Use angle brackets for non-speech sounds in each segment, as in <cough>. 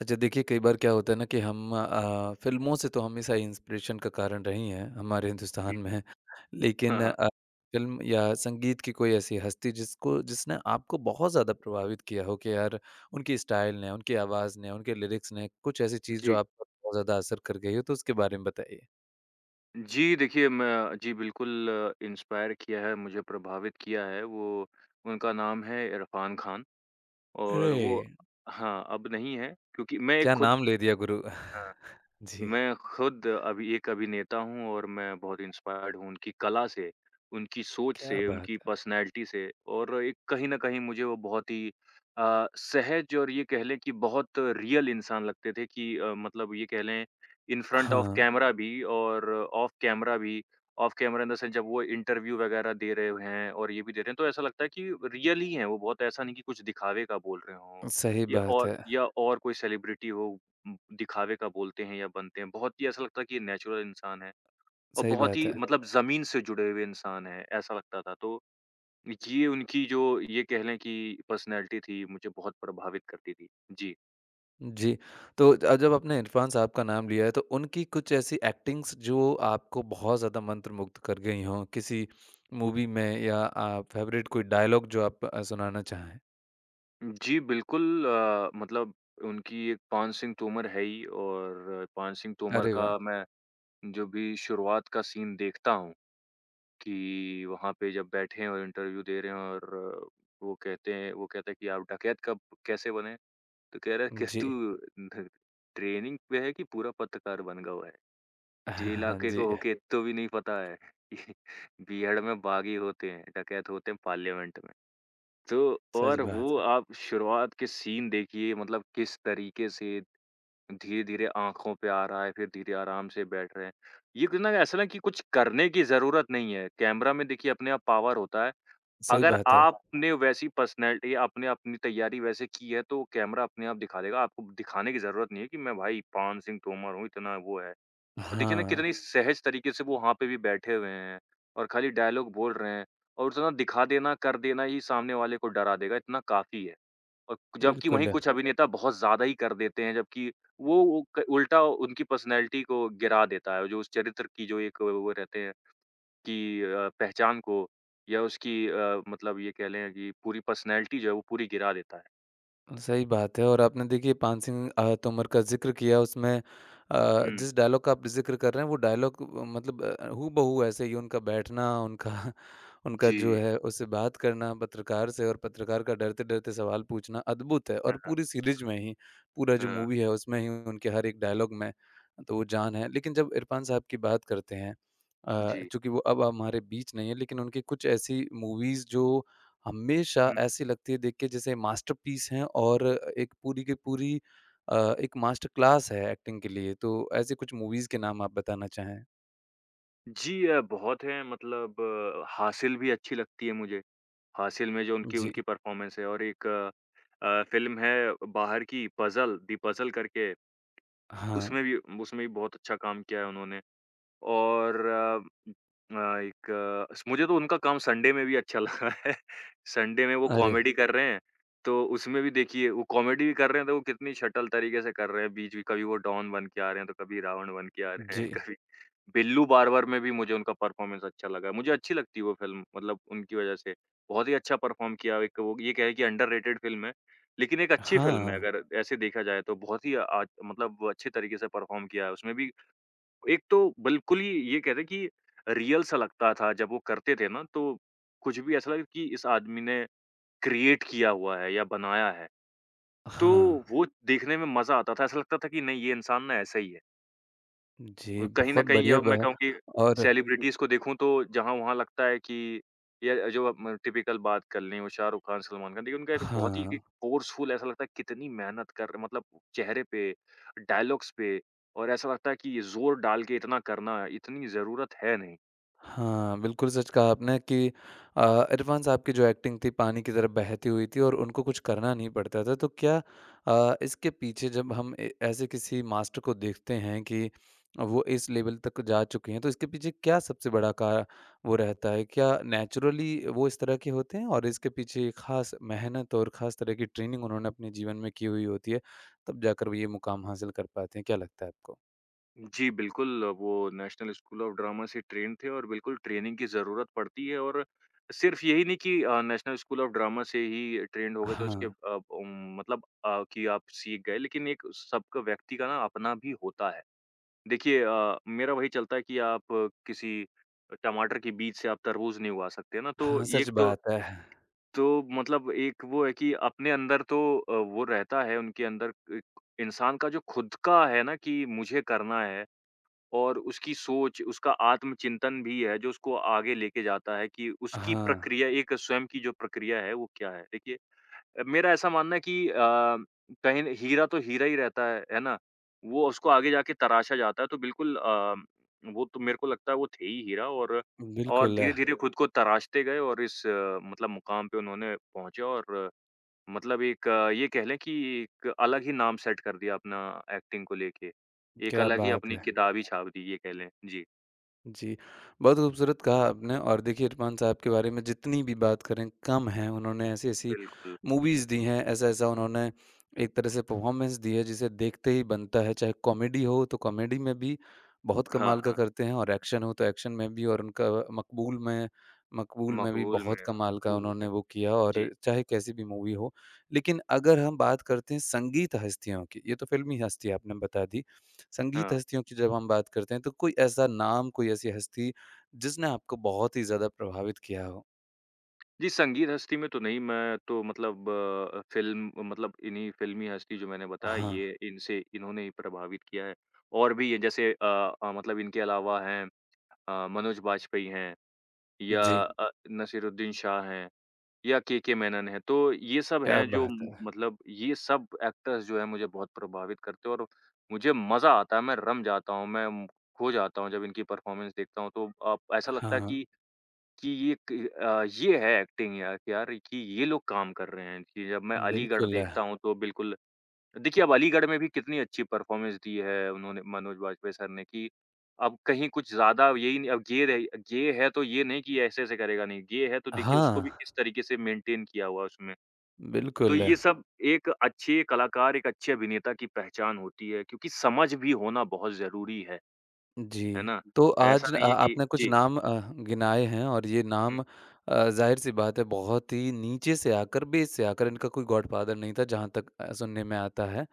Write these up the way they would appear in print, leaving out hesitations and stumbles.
अच्छा देखिए कई बार क्या होता है ना कि हम फिल्मों से तो हमेशा इंस्पिरेशन का कारण रही हैं हमारे जी। हिंदुस्तान में। हाँ, लेकिन हाँ। फिल्म या संगीत की कोई ऐसी हस्ती जिसको जिसने आपको बहुत ज़्यादा प्रभावित किया हो कि यार उनकी स्टाइल ने उनकी आवाज़ ने उनके लिरिक्स ने कुछ ऐसी चीज़ जो जी। आप पर बहुत ज़्यादा असर कर गई हो तो उसके बारे में बताइए। जी, देखिए मैं जी, बिल्कुल इंस्पायर किया है, मुझे प्रभावित किया है वो उनका नाम है इरफ़ान खान। अरे और वो हाँ, अब नहीं है क्योंकि मैं एक क्या खुद नाम ले दिया गुरु अ <laughs> जी। मैं खुद अभी एक अभिनेता हूँ और मैं बहुत इंस्पायर्ड हूँ उनकी कला से, उनकी सोच क्या से, बात उनकी है। पर्सनैलिटी से और एक कहीं न कहीं मुझे वो बहुत ही सहज और ये कह लें कि बहुत रियल इंसान लगते थे कि मतलब ये कह लें इन फ्रंट ऑफ हाँ। कैमरा भी और ऑफ कैमरा भी। Off camera in the sense जब वो इंटरव्यू वगैरह दे रहे हैं और ये भी दे रहे हैं, तो ऐसा लगता है कि रियल ही हैं वो, बहुत ऐसा नहीं कि कुछ दिखावे का बोल रहे हों सही बात है। या और कोई सेलिब्रिटी हो दिखावे का बोलते हैं या बनते हैं, बहुत ही ऐसा लगता है कि ये नेचुरल इंसान है और सही बहुत बात ही हुँ। है। मतलब ज़मीन से जुड़े हुए इंसान हैं, ऐसा लगता था। तो ये उनकी जो ये कह लें कि पर्सनैलिटी थी, मुझे बहुत प्रभावित करती थी। जी। जी, तो जब आपने इरफ़ान साहब का नाम लिया है तो उनकी कुछ ऐसी एक्टिंग्स जो आपको बहुत ज़्यादा मंत्रमुग्ध कर गई हों, किसी मूवी में या फ़ेवरेट कोई डायलॉग जो आप सुनाना चाहें? जी, बिल्कुल मतलब उनकी एक पान सिंह तोमर है ही और पान सिंह तोमर अरे का वाह! मैं जो भी शुरुआत का सीन देखता हूँ कि वहाँ पे जब बैठे हैं और इंटरव्यू दे रहे हैं और वो कहते हैं वो कहता है कि आप डकैत कब कैसे बने? तो कह रहा है किस्तू जी। ट्रेनिंग पे है कि पूरा पत्रकार बन गया हुआ है। जे <laughs> इलाके जी, को होके तो भी नहीं पता है कि <laughs> बीहड़ में बागी होते हैं, डकैत होते हैं पार्लियामेंट में। तो सच और बात वो है। आप शुरुआत के सीन देखिए मतलब किस तरीके से धीरे-धीरे आँखों पे आ रहा है, फिर धीरे आराम से बैठ रहे हैं। ये कुछ ना ऐसा ना कि कुछ करने की ज़रूरत नहीं है। कैमरा में देखिए अपने आप पावर होता है। सही अगर बात है। आपने वैसी पर्सनैलिटी आपने अपनी तैयारी वैसे की है तो कैमरा अपने आप दिखा देगा। आपको दिखाने की ज़रूरत नहीं है कि मैं भाई पान सिंह तोमर हूँ इतना वो है। और देखिए हाँ, ना कितनी जी। सहज तरीके से वो वहाँ पे भी बैठे हुए हैं और खाली डायलॉग बोल रहे हैं और उतना दिखा देना, कर देना ही सामने वाले को डरा देगा इतना काफ़ी है। और जबकि वहीं बिल्कुल। कुछ जी। अभिनेता बहुत ज़्यादा ही कर देते हैं जबकि वो क उल्टा उनकी पर्सनैलिटी को गिरा देता है जो उस चरित्र की जो एक वो रहते हैं की पहचान को या उसकी मतलब ये कह लें कि पूरी पर्सनैलिटी जो है वो पूरी गिरा देता है। सही बात है। और आपने देखिए पान सिंह तोमर का ज़िक्र किया। उसमें हुँ, जिस डायलॉग का आप ज़िक्र कर रहे हैं वो डायलॉग मतलब हूबहू ऐसे ही उनका बैठना उनका <laughs> उनका जी। जो है उससे बात करना पत्रकार से और पत्रकार का डरते-डरते सवाल पूछना अद्भुत है। हाँ, और हाँ, पूरी सीरीज़ में ही पूरा जो हाँ, मूवी है उसमें ही उनके हर एक डायलॉग में तो वो जान है। लेकिन जब इरफान साहब की बात करते हैं जी। चूँकि वो अब हमारे बीच नहीं है लेकिन उनकी कुछ ऐसी मूवीज़ जो हमेशा हुँ, ऐसी लगती है देख के जैसे मास्टरपीस हैं। और एक पूरी की पूरी एक मास्टर क्लास है एक्टिंग के लिए। तो ऐसी कुछ मूवीज़ के नाम आप बताना चाहें? जी बहुत हैं मतलब हासिल भी अच्छी लगती है मुझे। हासिल में जो उनकी जी। उनकी परफ़ॉर्मेंस है और एक फ़िल्म है बाहर की पज़ल, दी पज़ल करके हाँ। उसमें भी बहुत अच्छा काम किया है उन्होंने। और एक स मुझे तो उनका काम संडे में भी अच्छा लगा है। <laughs> संडे में वो अरे! कॉमेडी कर रहे हैं, तो उसमें भी देखिए वो कॉमेडी भी कर रहे हैं तो वो कितनी शटल तरीके से कर रहे हैं। बीच में कभी वो डॉन बन के आ रहे हैं, तो कभी रावण बन के आ रहे हैं, जी। <laughs> कभी बिल्लू बार्बर में भी मुझे उनका परफ़ॉर्मेंस अच्छा लगा। मुझे अच्छी लगती है वो फ़िल्म मतलब उनकी वज़ह से। बहुत ही अच्छा परफ़ॉर्म किया एक वो ये कहें कि अंडररेटेड फ़िल्म है, लेकिन एक अच्छी फ़िल्म हाँ, है अगर ऐसे देखा जाए तो। बहुत ही आज मतलब अच्छे तरीके से परफ़ॉर्म किया है। उसमें भी एक तो बिल्कुल ही ये कहते हैं कि रियल सा लगता था जब वो करते थे ना तो कुछ भी ऐसा लगा कि इस आदमी ने क्रिएट किया हुआ है या बनाया है। तो हाँ। वो देखने में मज़ा आता था, ऐसा लगता था कि नहीं ये इंसान ना ऐसा ही है। जी, कहीं न बहुत कहीं ये बढ़िया अब मैं ब कहूँ कि और सेलिब्रिटीज़ को देखूँ तो जहाँ-वहाँ लगता है कि ये जो आप म टिपिकल बात कर लें, वो शाहरुख खान, सलमान खान, देखिए उनका एक बहुत ही एक हाँ। फ़ोर्सफुल ऐसा लगता है कितनी मेहनत कर रहे मतलब चेहरे पे, डायलॉग्स पे और ऐसा लगता है कि ये ज़ोर डाल के इतना करना, इतनी ज़रूरत है नहीं। हाँ, बिल्कुल सच कहा आपने कि इरफ़ान साहब की जो एक्टिंग थी पानी की तरह बहती हुई थी और उनको कुछ करना नहीं पड़ता था। तो क्या इसके पीछे जब हम ए ऐसे किसी मास्टर को देखते हैं कि वो इस लेवल तक जा चुके हैं, तो इसके पीछे क्या सबसे बड़ा का वो रहता है? क्या नेचुरली वो इस तरह के होते हैं और इसके पीछे ख़ास मेहनत और ख़ास तरह की ट्रेनिंग उन्होंने अपने जीवन में की हुई होती है, तब जाकर वो ये मुक़ाम हासिल कर पाते हैं? क्या लगता है आपको? जी, बिल्कुल, वो नेशनल स्कूल ऑफ ड्रामा से ट्रेन्ड थे और बिल्कुल ट्रेनिंग की ज़रूरत पड़ती है और सिर्फ़ यही नहीं कि नेशनल स्कूल ऑफ ड्रामा से ही ट्रेन्ड हो गए तो उसके हाँ। मतलब कि आप सीख गए लेकिन एक सबका व्यक्ति का ना अपना भी होता है। देखिए मेरा वही चलता है कि आप किसी टमाटर के बीज से आप तरबूज़ नहीं उगा सकते ना, तो हाँ, सच एक बात है। तो मतलब एक वो है कि अपने अंदर तो वो रहता है उनके अंदर एक इंसान का जो खुद का है ना कि मुझे करना है और उसकी सोच, उसका आत्मचिंतन भी है जो उसको आगे लेके जाता है कि उसकी हाँ। प्रक्रिया एक स्वयं की जो प्रक्रिया है वो क्या है? देखिए मेरा ऐसा मानना है कि कहीं न हीरा तो हीरा ही रहता है ना? वो उसको आगे जाके तराशा जाता है तो बिल्कुल वो तो मेरे को लगता है वो थे ही हीरा और बिल्कुल, धीरे-धीरे खुद को तराशते गए और इस मतलब मुकाम पे उन्होंने पहुँचे और मतलब एक ये कह लें कि एक अलग ही नाम सेट कर दिया अपना एक्टिंग को लेके। एक क्या अलग ही बात अपनी है। किताब ही छाप दी ये कह लें। जी, जी, बहुत खूबसूरत कहा आपने। और देखिए इरफ़ान साहब के बारे में जितनी भी बात करें कम है, उन्होंने ऐसी-ऐसी बिल्कुल। मूवीज़ दी हैं, ऐसा-ऐसा उन्होंने एक तरह से परफ़ॉर्मेंस दी है जिसे देखते ही बनता है, चाहे कॉमेडी हो तो कॉमेडी में भी बहुत हाँ, कमाल का हाँ। करते हैं और एक्शन हो तो एक्शन में भी। और उनका मकबूल में मकबूल में भी मकबूल बहुत में कमाल का मकबूल हो उन्होंने गए। वो किया। और जी, चाहे कैसी भी मूवी हो। लेकिन अगर हम बात करते हैं संगीत हस्तियों की, ये तो फ़िल्मी हस्ती आपने बता दी। संगीत हाँ। हस्तियों की जब हम बात करते हैं तो कोई ऐसा नाम, कोई ऐसी हस्ती जिसने आपको बहुत ही ज़्यादा प्रभावित किया हो? जी, संगीत हस्ती में तो नहीं मैं तो मतलब फ़िल्म मतलब इन्हीं फ़िल्मी हस्ती जो मैंने बताया हाँ। ये इनसे इन्होंने ही प्रभावित किया है। और भी ये जैसे मतलब इनके अलावा हैं मनोज बाजपेयी हैं या जी, नसीरुद्दीन शाह हैं। या केके मेनन है। तो ये सब क्या हैं जो बात म है! मतलब ये सब एक्टर्स जो हैं मुझे बहुत प्रभावित करते हैं और मुझे मज़ा आता है, मैं रम जाता हूँ, मैं म खो जाता हूँ जब इनकी परफ़ॉर्मेंस देखता हूँ तो ऐसा लगता है हाँ, कि ये क ये है एक्टिंग यार कि ये लोग काम कर रहे हैं कि जब मैं अलीगढ़ बिल्कुल। है। देखता हूँ तो बिल्कुल देखिए, अब अलीगढ़ में भी कितनी अच्छी परफ़ॉर्मेंस दी है उन्होंने मनोज वाजपेयी सर ने कि अब कहीं कुछ ज़्यादा यही नहीं अब ये रही ये है तो ये नहीं कि ऐसे-ऐसे करेगा नहीं, ये है तो देखिए उसको हाँ, भी इस तरीके से मेंटेन किया हुआ है उसमें। तो बिल्कुल। ये सब एक अच्छे कलाकार, एक अच्छे अभिनेता की पहचान होती है क्योंकि समझ भी होना बहुत ज़रूरी है जी। ना? तो ऐसा आज नहीं है कि आपने कुछ जी, नाम गिनाए हैं और ये हुँ, नाम ज़ाहिर-सी बात है बहुत ही नीचे से आकर, बेस से आकर इनका कोई गॉडफ़ादर नहीं था जहाँ तक सुनने में आता है।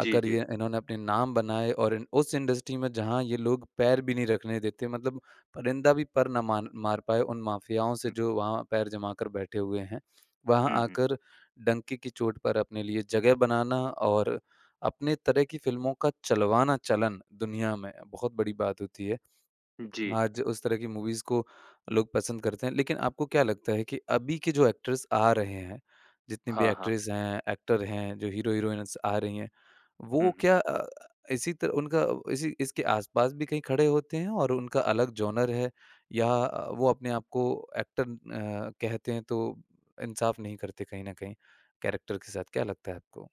जी, जी। ये इन्होंने अपने नाम बनाए और इन उस इंडस्ट्री में जहाँ ये लोग पैर भी नहीं रखने देते मतलब परिंदा भी पर ना मान मार पाए उन माफियाओं से हुँ, जो वहाँ पैर जमा कर बैठे हुए हैं। वहाँ हुँ, हुँ। आकर डंके की चोट पर अपने लिए जगह बनाना और अपने तरह की फ़िल्मों का चलवाना चलन दुनिया में बहुत बड़ी बात होती है। जी, आज उस तरह की मूवीज़ को लोग पसंद करते हैं। लेकिन आपको क्या लगता है कि अभी के जो एक्टर्स आ रहे हैं, जितनी भी हाँ, हाँ। एक्ट्रेस हैं, एक्टर हैं, जो हीरो-हीरोइन्स आ रही हैं, हुँ, वो हुँ। क्या इसी तरह उनका इसी इसके आस-पास भी कहीं खड़े होते हैं और उनका अलग जॉनर है या वो अपने आप को एक्टर कहते हैं तो इंसाफ़ नहीं करते कहीं न कहीं कैरेक्टर के साथ? क्या लगता है आपको?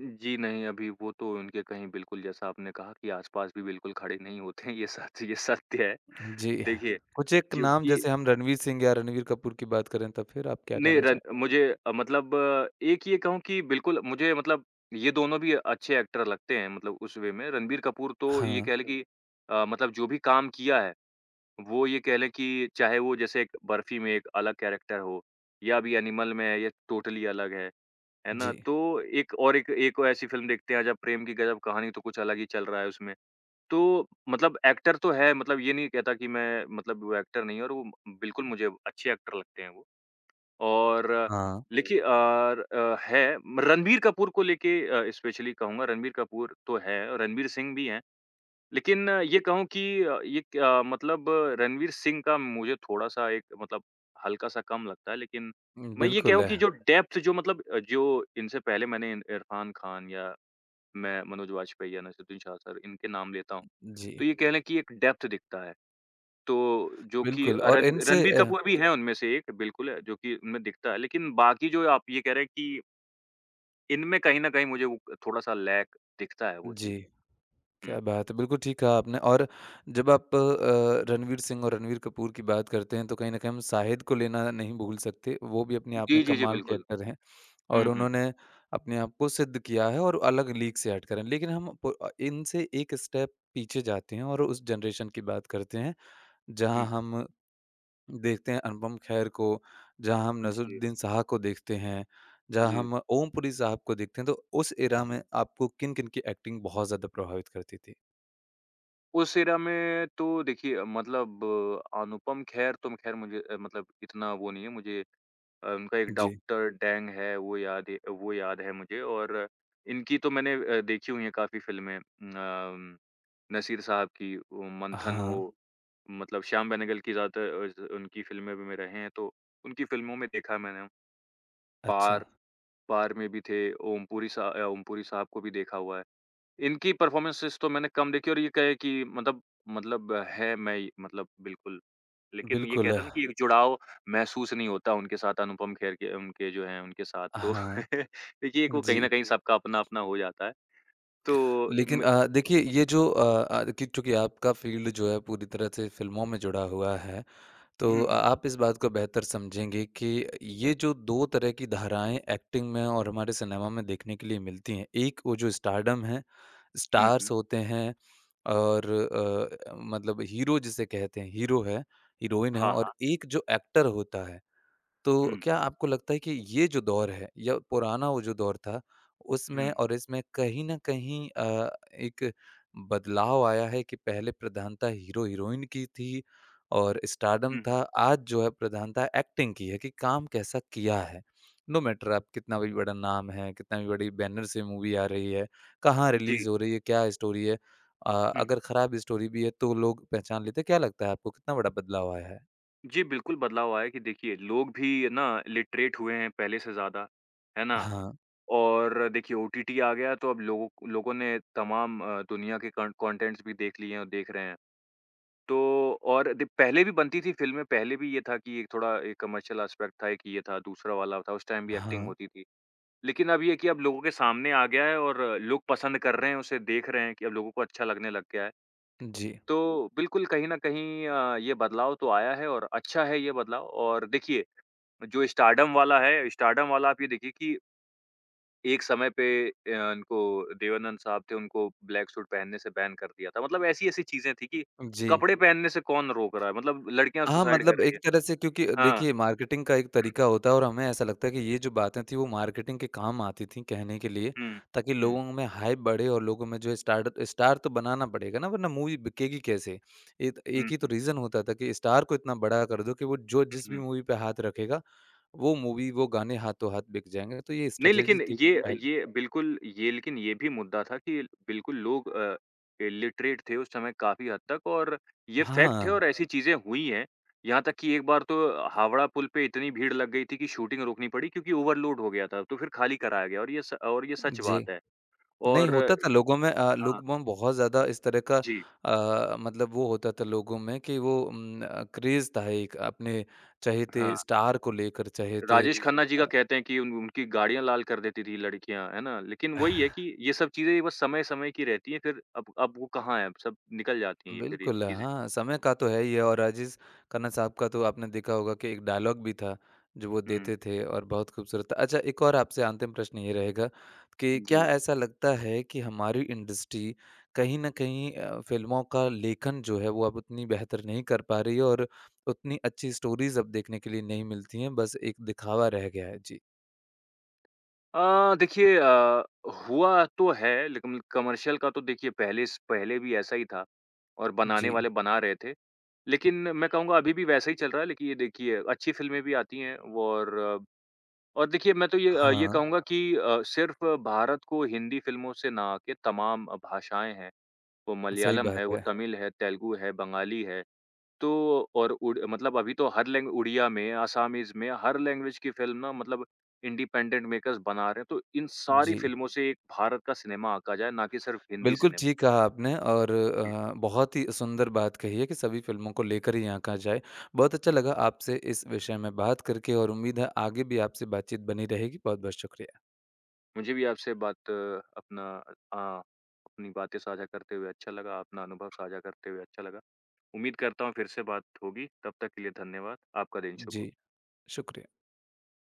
जी नहीं, अभी वो तो उनके कहीं बिल्कुल जैसा आपने कहा कि आस-पास भी बिल्कुल खड़े नहीं होते हैं, ये सच ये सत्य है। जी। देखिए, कुछ एक नाम क्योंकि जैसे हम रणवीर सिंह या रणवीर कपूर की बात करें तो फिर आप क्या नहीं कहना रन चाहेंगे? मुझे मतलब एक ये कहूँ कि बिल्कुल मुझे मतलब ये दोनों भी अच्छे एक्टर लगते हैं मतलब उस वे में। रणबीर कपूर तो ये हाँ, कह लें कि मतलब जो भी काम किया है, वो ये कह लें कि चाहे वो जैसे एक बर्फी में एक अलग कैरेक्टर हो या अभी एनिमल में है, ये टोटली अलग है। है ना? जी। तो एक और एक एक ऐसी फ़िल्म देखते हैं अजब प्रेम की गजब कहानी तो कुछ अलग ही चल रहा है उसमें। तो मतलब एक्टर तो है, मतलब ये नहीं कहता कि मैं मतलब वो एक्टर नहीं है और वो बिल्कुल मुझे अच्छे एक्टर लगते हैं वो। और हाँ, लेकिन हुँ। और है रणबीर कपूर को लेके स्पेशली कहूँगा रणबीर कपूर तो है, रणबीर सिंह भी हैं। लेकिन ये कहूँ कि ये क मतलब रणवीर सिंह का मुझे थोड़ा-सा एक मतलब हल्का-सा कम लगता है, लेकिन मैं ये बिल्कुल कहूँ है। कि जो डेप्थ जो मतलब जो इनसे पहले मैंने इरफ़ान खान या मैं मनोज वाजपेयी या नसीरुद्दीन शाह सर इनके नाम लेता हूँ। जी, तो ये कह लें कि एक डेप्थ दिखता है। तो जो कि बिल्कुल। और रन बिल्कुल। इनसे रणबीर कपूर भी हैं उनमें से एक बिल्कुल है, जो कि उनमें दिखता है। लेकिन बाकी जो आप ये कह रहे हैं कि इनमें कहीं न कहीं मुझे वो थोड़ा-सा लैक दिखता है वो चीज़। जी, हुँ। क्या बात है। बिल्कुल ठीक कहा आपने। और जब आप रणवीर सिंह और रणवीर कपूर की बात करते हैं तो कहीं न कहीं हम शाहिद को लेना नहीं भूल सकते। वो भी अपने आप जी, में जी, जी, कमाल के बिल्कुल। एक्टर हैं और हुँ, हुँ, हुँ। उन्होंने अपने आप को सिद्ध किया है और अलग लीग से हटकर हैं। लेकिन हम प इनसे एक स्टेप पीछे जाते हैं और उस जनरेशन की बात करते हैं हुँ, जहाँ हुँ। हम देखते हैं अनुपम खेर को, जहाँ हम जी, नसीरुद्दीन शाह को देखते हैं, जहाँ जी। हम ओमपुरी साहब को देखते हैं, तो उस एरा में आपको किन-किन की एक्टिंग बहुत ज़्यादा प्रभावित करती थी? उस एरा में तो देखिए मतलब अनुपम खेर तो खैर मुझे मतलब इतना वो नहीं है मुझे उनका एक जी। डॉक्टर डैंग है वो याद है वो याद है मुझे और इनकी तो मैंने देखी हुई है काफ़ी फ़िल्में नसीर साहब की वो मंथन हाँ, हो, मतलब श्याम बेनेगल की ज़्यादातर ज उनकी फ़िल्में भी में रहे हैं तो उनकी फ़िल्मों में देखा है मैंने। अच्छा। पार, पार में भी थे, ओम पुरी सा ओम पुरी साहब को भी देखा हुआ है। इनकी परफ़ॉर्मेंसेज़ तो मैंने कम देखी और ये कहे कि मतलब मतलब है मैं मतलब बिल्कुल लेकिन ये बिल्कुल, कहते हैं ना कि एक जुड़ाव महसूस नहीं होता उनके साथ अनुपम खेर के उनके जो हैं, उनके साथ तो हाँ, <laughs> देखिए एक वो कहीं न जी। कहीं जी। सबका अपना-अपना हो जाता है। तो म लेकिन देखिए ये जो कि चूँकि आपका फ़ील्ड जो है पूरी तरह से फ़िल्मों में जुड़ा हुआ है हुँ, तो हुँ। आप इस बात को बेहतर समझेंगे कि ये जो 2 तरह की धाराएँ एक्टिंग में और हमारे सिनेमा में देखने के लिए मिलती हैं। एक वो जो स्टारडम है, हुँ, हुँ। स्टार्स होते हैं और मतलब हीरो जिसे कहते हैं, हीरो है, हीरोइन है हाँ, और हाँ। एक जो एक्टर होता है। तो हुँ, क्या आपको लगता है कि ये जो दौर है या पुराना वो जो दौर था, हुँ, उसमें और इसमें कहीं न कहीं एक बदलाव आया है कि पहले प्रधानता हीरो-हीरोइन की थी और स्टारडम हुँ, हुँ। था, आज जो है प्रधानता एक्टिंग की है कि काम कैसा किया है। नो मैटर आप कितना भी बड़ा नाम है, कितना भी बड़ी बैनर से मूवी आ रही है, कहाँ जी। रिलीज़ हो रही है, क्या स्टोरी है। अ, हुँ। अगर खराब स्टोरी भी है तो लोग पहचान लेते हैं। क्या लगता है आपको कितना बड़ा बदलाव आया है? जी, बिल्कुल बदलाव आया है कि देखिए लोग भी ना लिटरेट हुए हैं पहले से ज़्यादा, है ना? हाँ, और देखिए ओटीटी आ गया तो अब लोगों लोगों ने तमाम दुनिया के कॉन कॉन्टेंट्स भी देख लिए हैं और देख रहे हैं। तो और दे पहले भी बनती थी फ़िल्में, पहले भी ये था कि एक थोड़ा एक कमर्शियल एस्पेक्ट था, एक ये था, दूसरा वाला था, उस टाइम भी एक्टिंग हाँ। होती थी। लेकिन अब ये है कि अब लोगों के सामने आ गया है और लोग पसंद कर रहे हैं, उसे देख रहे हैं कि अब लोगों को अच्छा लगने लग गया है। जी। तो बिल्कुल कहीं न कहीं ये बदलाव तो आया है और अच्छा है ये बदलाव और देखिए, जो स्टारडम वाला है, स्टारडम वाला आप ये देखिए कि एक समय पे इनको देवानंद साहब थे, उनको ब्लैक सूट पहनने से बैन कर दिया था। मतलब ऐसी-ऐसी चीज़ें थी कि जी। कपड़े पहनने से कौन रोक रहा है? मतलब लड़कियाँ हाँ, सुसाइड कर मतलब रही एक हैं। तरह से क्योंकि हाँ। देखिए मार्केटिंग का एक तरीका होता है और हमें ऐसा लगता है कि ये जो बातें थी वो मार्केटिंग के काम आती थी कहने के लिए, हुँ, ताकि हुँ, लोगों में हाइप बढ़े और लोगों में जो है स्टार स्टार तो बनाना पड़ेगा ना वरना मूवी बिकेगी कैसे? एक हुँ, एक ही तो हुँ, रीज़न होता था कि स्टार को इतना बड़ा कर दो कि वो जो हुँ, जिस भी हुँ। मूवी पे हाथ रखेगा, वो मूवी वो गाने हाथों-हाथ बिक जाएँगे, तो ये नहीं स्ट्रेटजी लेकिन थी ये पहल। बिल्कुल। ये बिल्कुल ये लेकिन ये भी मुद्दा था कि बिल्कुल लोग इलिटरेट थे उस समय काफ़ी हद तक और ये फैक्ट है हाँ, और ऐसी चीज़ें हुई हैं। यहाँ तक कि एक बार तो हावड़ा पुल पे इतनी भीड़ लग गई थी कि शूटिंग रोकनी पड़ी क्योंकि ओवरलोड हो गया था, तो फिर खाली कराया गया और ये स और ये सच जी। बात है। नहीं, और होता था लोगों में हाँ, लोगों में बहुत ज़्यादा इस तरह का जी, मतलब वो होता था लोगों में कि वो क्रेज़ था एक अपने हाँ, चहेते स्टार को लेकर चहेते राजेश खन्ना जी का कहते हैं कि उन उनकी गाड़ियाँ लाल कर देती थी लड़कियाँ, है ना? लेकिन अ वही है कि <laughs> ये सब चीज़ें बस समय-समय की रहती हैं, फिर अब वो कहाँ है, अब सब निकल जाती हैं ये फिर ये बिल्कुल, चीज़ें। हाँ, समय का तो है ही है। और अज़ीज़ खन्ना साहब का तो आपने देखा होगा कि एक डायलॉग भी था, जो वो हुँ, देते थे और बहुत खूबसूरत था। अच्छा एक और आपसे अंतिम प्रश्न ये रहेगा कि क्या जी। ऐसा लगता है कि हमारी इंडस्ट्री कहीं न कहीं फ़िल्मों का लेखन जो है वो अब उतनी बेहतर नहीं कर पा रही है और उतनी अच्छी स्टोरीज़ अब देखने के लिए नहीं मिलती हैं, बस एक दिखावा रह गया है? जी। देखिए हुआ तो है लेकिन कमर्शियल का तो देखिए पहले स पहले भी ऐसा ही था और बनाने जी। वाले बना रहे थे। लेकिन मैं कहूँगा अभी भी वैसा ही चल रहा है लेकिन ये देखिए अच्छी फ़िल्में भी आती हैं वो, और देखिए, मैं तो ये ये हाँ, कहूँगा कि सिर्फ़ भारत को हिंदी फ़िल्मों से ना आके तमाम भाषाएँ हैं, वो सही मलयालम बात है, वो है। तमिल है, तेलुगु है, बंगाली है। तो और उड़ मतलब अभी तो हर लैंग उड़िया में, असामीज़ में, हर लैंग्वेज की फ़िल्म ना मतलब इंडिपेंडेंट मेकर्स बना रहे हैं। तो इन सारी जी। फ़िल्मों से एक भारत का सिनेमा आंका जाए, ना कि सिर्फ़ हिंदी बिल्कुल, सिनेमा। ठीक कहा आपने और जी। बहुत ही सुंदर बात कही है कि सभी फ़िल्मों को लेकर ही आँका जाए। बहुत अच्छा लगा आपसे इस विषय में बात करके और उम्मीद है आगे भी आपसे बातचीत बनी रहेगी। बहुत-बहुत शुक्रिया। मुझे भी आपसे बात अपना अपनी बातें साझा करते हुए अच्छा लगा, अपना अनुभव साझा करते हुए अच्छा लगा। उम्मीद करता हूँ फिर से बात होगी, तब तक के लिए धन्यवाद। आपका दिन शुभ हो। जी, शुक्रिया।